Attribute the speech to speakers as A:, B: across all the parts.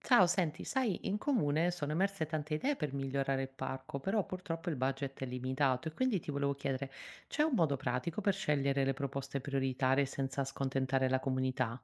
A: Ciao, senti, sai, in comune sono emerse tante idee per migliorare il parco, però purtroppo il budget è limitato e quindi ti volevo chiedere, c'è un modo pratico per scegliere le proposte prioritarie senza scontentare la comunità?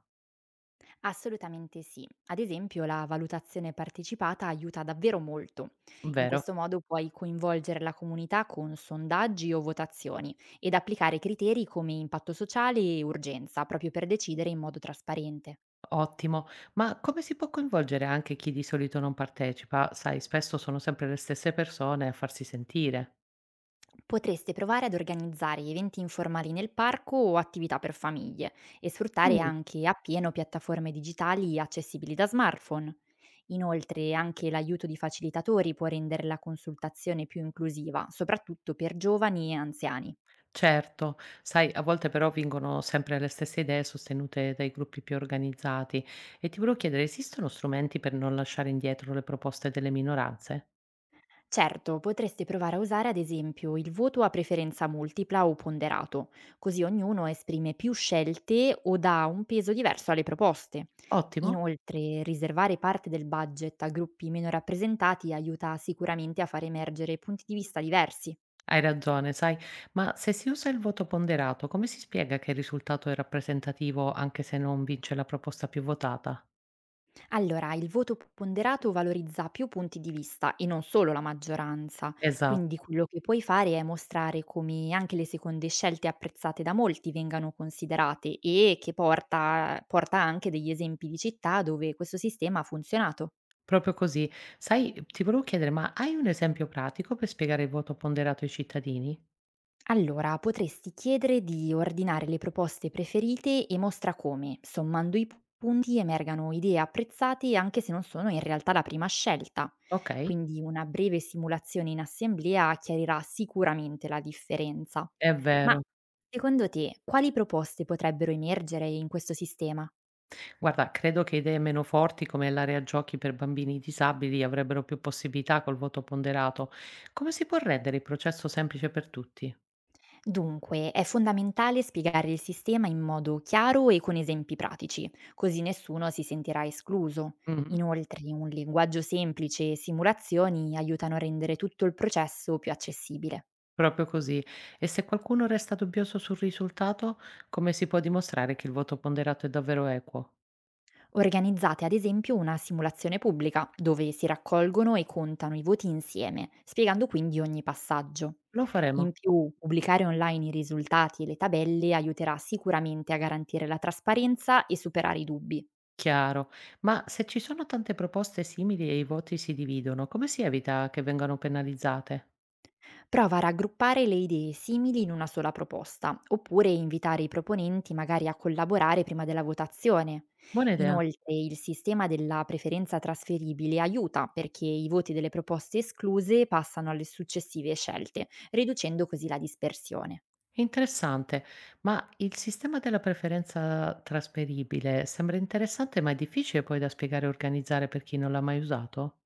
B: Assolutamente sì. Ad esempio, la valutazione partecipata aiuta davvero molto. In
A: Vero?
B: questo modo puoi coinvolgere la comunità con sondaggi o votazioni ed applicare criteri come impatto sociale e urgenza, proprio per decidere in modo trasparente.
A: Ottimo. Ma come si può coinvolgere anche chi di solito non partecipa? Sai, spesso sono sempre le stesse persone a farsi sentire.
B: Potreste provare ad organizzare eventi informali nel parco o attività per famiglie e sfruttare
A: Mm.
B: anche appieno piattaforme digitali accessibili da smartphone. Inoltre anche l'aiuto di facilitatori può rendere la consultazione più inclusiva, soprattutto per giovani e anziani.
A: Certo, sai, a volte però vincono sempre le stesse idee sostenute dai gruppi più organizzati e ti volevo chiedere, esistono strumenti per non lasciare indietro le proposte delle minoranze?
B: Certo, potresti provare a usare ad esempio il voto a preferenza multipla o ponderato, così ognuno esprime più scelte o dà un peso diverso alle proposte.
A: Ottimo,
B: Inoltre, riservare parte del budget a gruppi meno rappresentati aiuta sicuramente a far emergere punti di vista diversi.
A: hai ragione, sai, ma se si usa il voto ponderato, come si spiega che il risultato è rappresentativo anche se non vince la proposta più votata?
B: Allora, il voto ponderato valorizza più punti di vista e non solo la maggioranza,
A: Esatto,
B: quindi quello che puoi fare è mostrare come anche le seconde scelte apprezzate da molti vengano considerate e che porta anche degli esempi di città dove questo sistema ha funzionato.
A: proprio così. Sai, ti volevo chiedere, ma hai un esempio pratico per spiegare il voto ponderato ai cittadini?
B: Allora, potresti chiedere di ordinare le proposte preferite e mostra come, sommando i punti, emergano idee apprezzate anche se non sono in realtà la prima scelta.
A: Ok,
B: Quindi una breve simulazione in assemblea chiarirà sicuramente la differenza.
A: è
B: Ma
A: vero.
B: secondo te, quali proposte potrebbero emergere in questo sistema?
A: Guarda, credo che idee meno forti come l'area giochi per bambini disabili avrebbero più possibilità col voto ponderato. Come si può rendere il processo semplice per tutti?
B: Dunque, è fondamentale spiegare il sistema in modo chiaro e con esempi pratici, così nessuno si sentirà escluso.
A: Mhm.
B: Inoltre, un linguaggio semplice e simulazioni aiutano a rendere tutto il processo più accessibile.
A: Proprio così. E se qualcuno resta dubbioso sul risultato, come si può dimostrare che il voto ponderato è davvero equo?
B: Organizzate ad esempio una simulazione pubblica, dove si raccolgono e contano i voti insieme, spiegando quindi ogni passaggio.
A: Lo
B: In
A: faremo.
B: più, pubblicare online i risultati e le tabelle aiuterà sicuramente a garantire la trasparenza e superare i dubbi.
A: Chiaro. Ma se ci sono tante proposte simili e i voti si dividono, come si evita che vengano penalizzate?
B: Prova a raggruppare le idee simili in una sola proposta, oppure invitare i proponenti magari a collaborare prima della votazione.
A: Buona idea.
B: Inoltre il sistema della preferenza trasferibile aiuta perché i voti delle proposte escluse passano alle successive scelte, riducendo così la dispersione.
A: Interessante, ma il sistema della preferenza trasferibile sembra interessante, ma è difficile poi da spiegare e organizzare per chi non l'ha mai usato?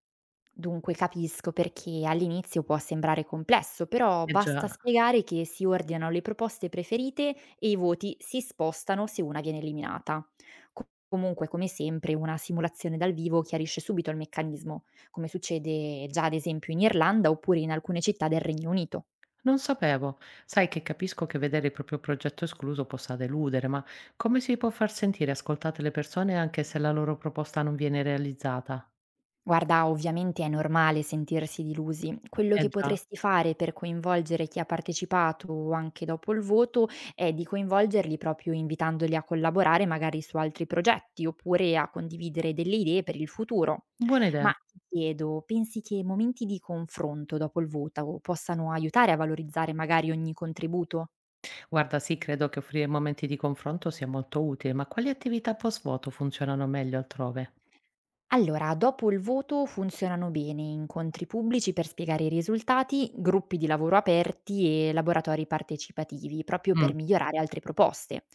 B: Dunque capisco perché all'inizio può sembrare complesso, però
A: Eh già,
B: basta spiegare che si ordinano le proposte preferite e i voti si spostano se una viene eliminata. Comunque, come sempre, una simulazione dal vivo chiarisce subito il meccanismo, come succede già ad esempio in Irlanda oppure in alcune città del Regno Unito.
A: non sapevo. Sai che capisco che vedere il proprio progetto escluso possa deludere, ma come si può far sentire ascoltate le persone anche se la loro proposta non viene realizzata?
B: Guarda, ovviamente è normale sentirsi delusi. Quello
A: Eh
B: che
A: già,
B: potresti fare per coinvolgere chi ha partecipato anche dopo il voto è di coinvolgerli proprio invitandoli a collaborare magari su altri progetti oppure a condividere delle idee per il futuro.
A: buona
B: Ma
A: idea.
B: ti chiedo, pensi che momenti di confronto dopo il voto possano aiutare a valorizzare magari ogni contributo?
A: Guarda, sì, credo che offrire momenti di confronto sia molto utile, ma quali attività post-voto funzionano meglio altrove?
B: Allora, dopo il voto funzionano bene incontri pubblici per spiegare i risultati, gruppi di lavoro aperti e laboratori partecipativi, proprio per
A: Mm.
B: migliorare altre proposte.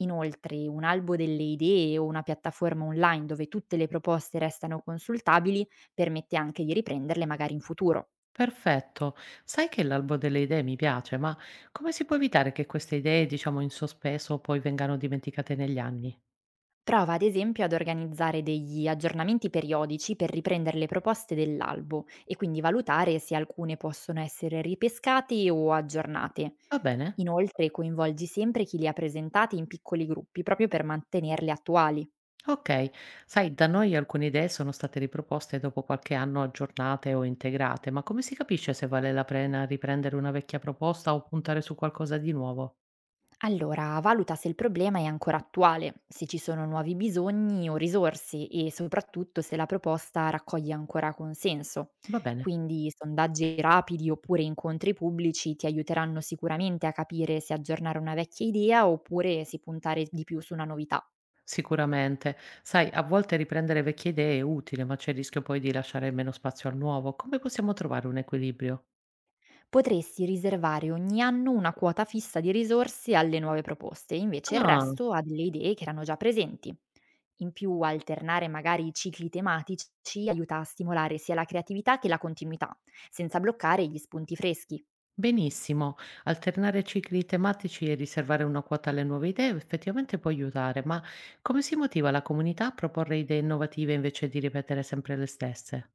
B: Inoltre, un albo delle idee o una piattaforma online dove tutte le proposte restano consultabili permette anche di riprenderle magari in futuro.
A: Perfetto. Sai che l'albo delle idee mi piace, ma come si può evitare che queste idee, diciamo in sospeso, poi vengano dimenticate negli anni?
B: Prova ad esempio ad organizzare degli aggiornamenti periodici per riprendere le proposte dell'albo e quindi valutare se alcune possono essere ripescate o aggiornate.
A: Va bene?
B: Inoltre coinvolgi sempre chi li ha presentati in piccoli gruppi proprio per mantenerle attuali.
A: Ok. Sai, da noi alcune idee sono state riproposte dopo qualche anno aggiornate o integrate, ma come si capisce se vale la pena riprendere una vecchia proposta o puntare su qualcosa di nuovo?
B: Allora, valuta se il problema è ancora attuale, se ci sono nuovi bisogni o risorse e soprattutto se la proposta raccoglie ancora consenso.
A: Va bene.
B: Quindi sondaggi rapidi oppure incontri pubblici ti aiuteranno sicuramente a capire se aggiornare una vecchia idea oppure se puntare di più su una novità.
A: Sicuramente. Sai, a volte riprendere vecchie idee è utile, ma c'è il rischio poi di lasciare meno spazio al nuovo. Come possiamo trovare un equilibrio?
B: Potresti riservare ogni anno una quota fissa di risorse alle nuove proposte, invece il
A: Ah.
B: resto a delle idee che erano già presenti. In più, alternare magari i cicli tematici aiuta a stimolare sia la creatività che la continuità, senza bloccare gli spunti freschi.
A: Benissimo, alternare cicli tematici e riservare una quota alle nuove idee effettivamente può aiutare, ma come si motiva la comunità a proporre idee innovative invece di ripetere sempre le stesse?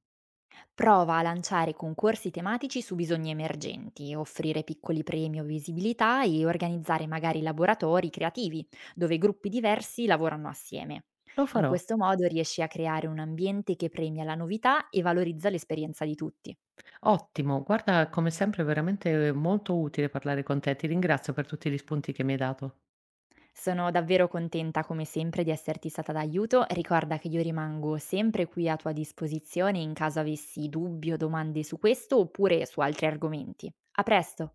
B: Prova a lanciare concorsi tematici su bisogni emergenti, offrire piccoli premi o visibilità e organizzare magari laboratori creativi, dove gruppi diversi lavorano assieme.
A: Lo
B: In
A: farò.
B: questo modo riesci a creare un ambiente che premia la novità e valorizza l'esperienza di tutti.
A: Ottimo, guarda, come sempre è veramente molto utile parlare con te, ti ringrazio per tutti gli spunti che mi hai dato.
B: Sono davvero contenta come sempre di esserti stata d'aiuto, ricorda che io rimango sempre qui a tua disposizione in caso avessi dubbi o domande su questo oppure su altri argomenti. A presto!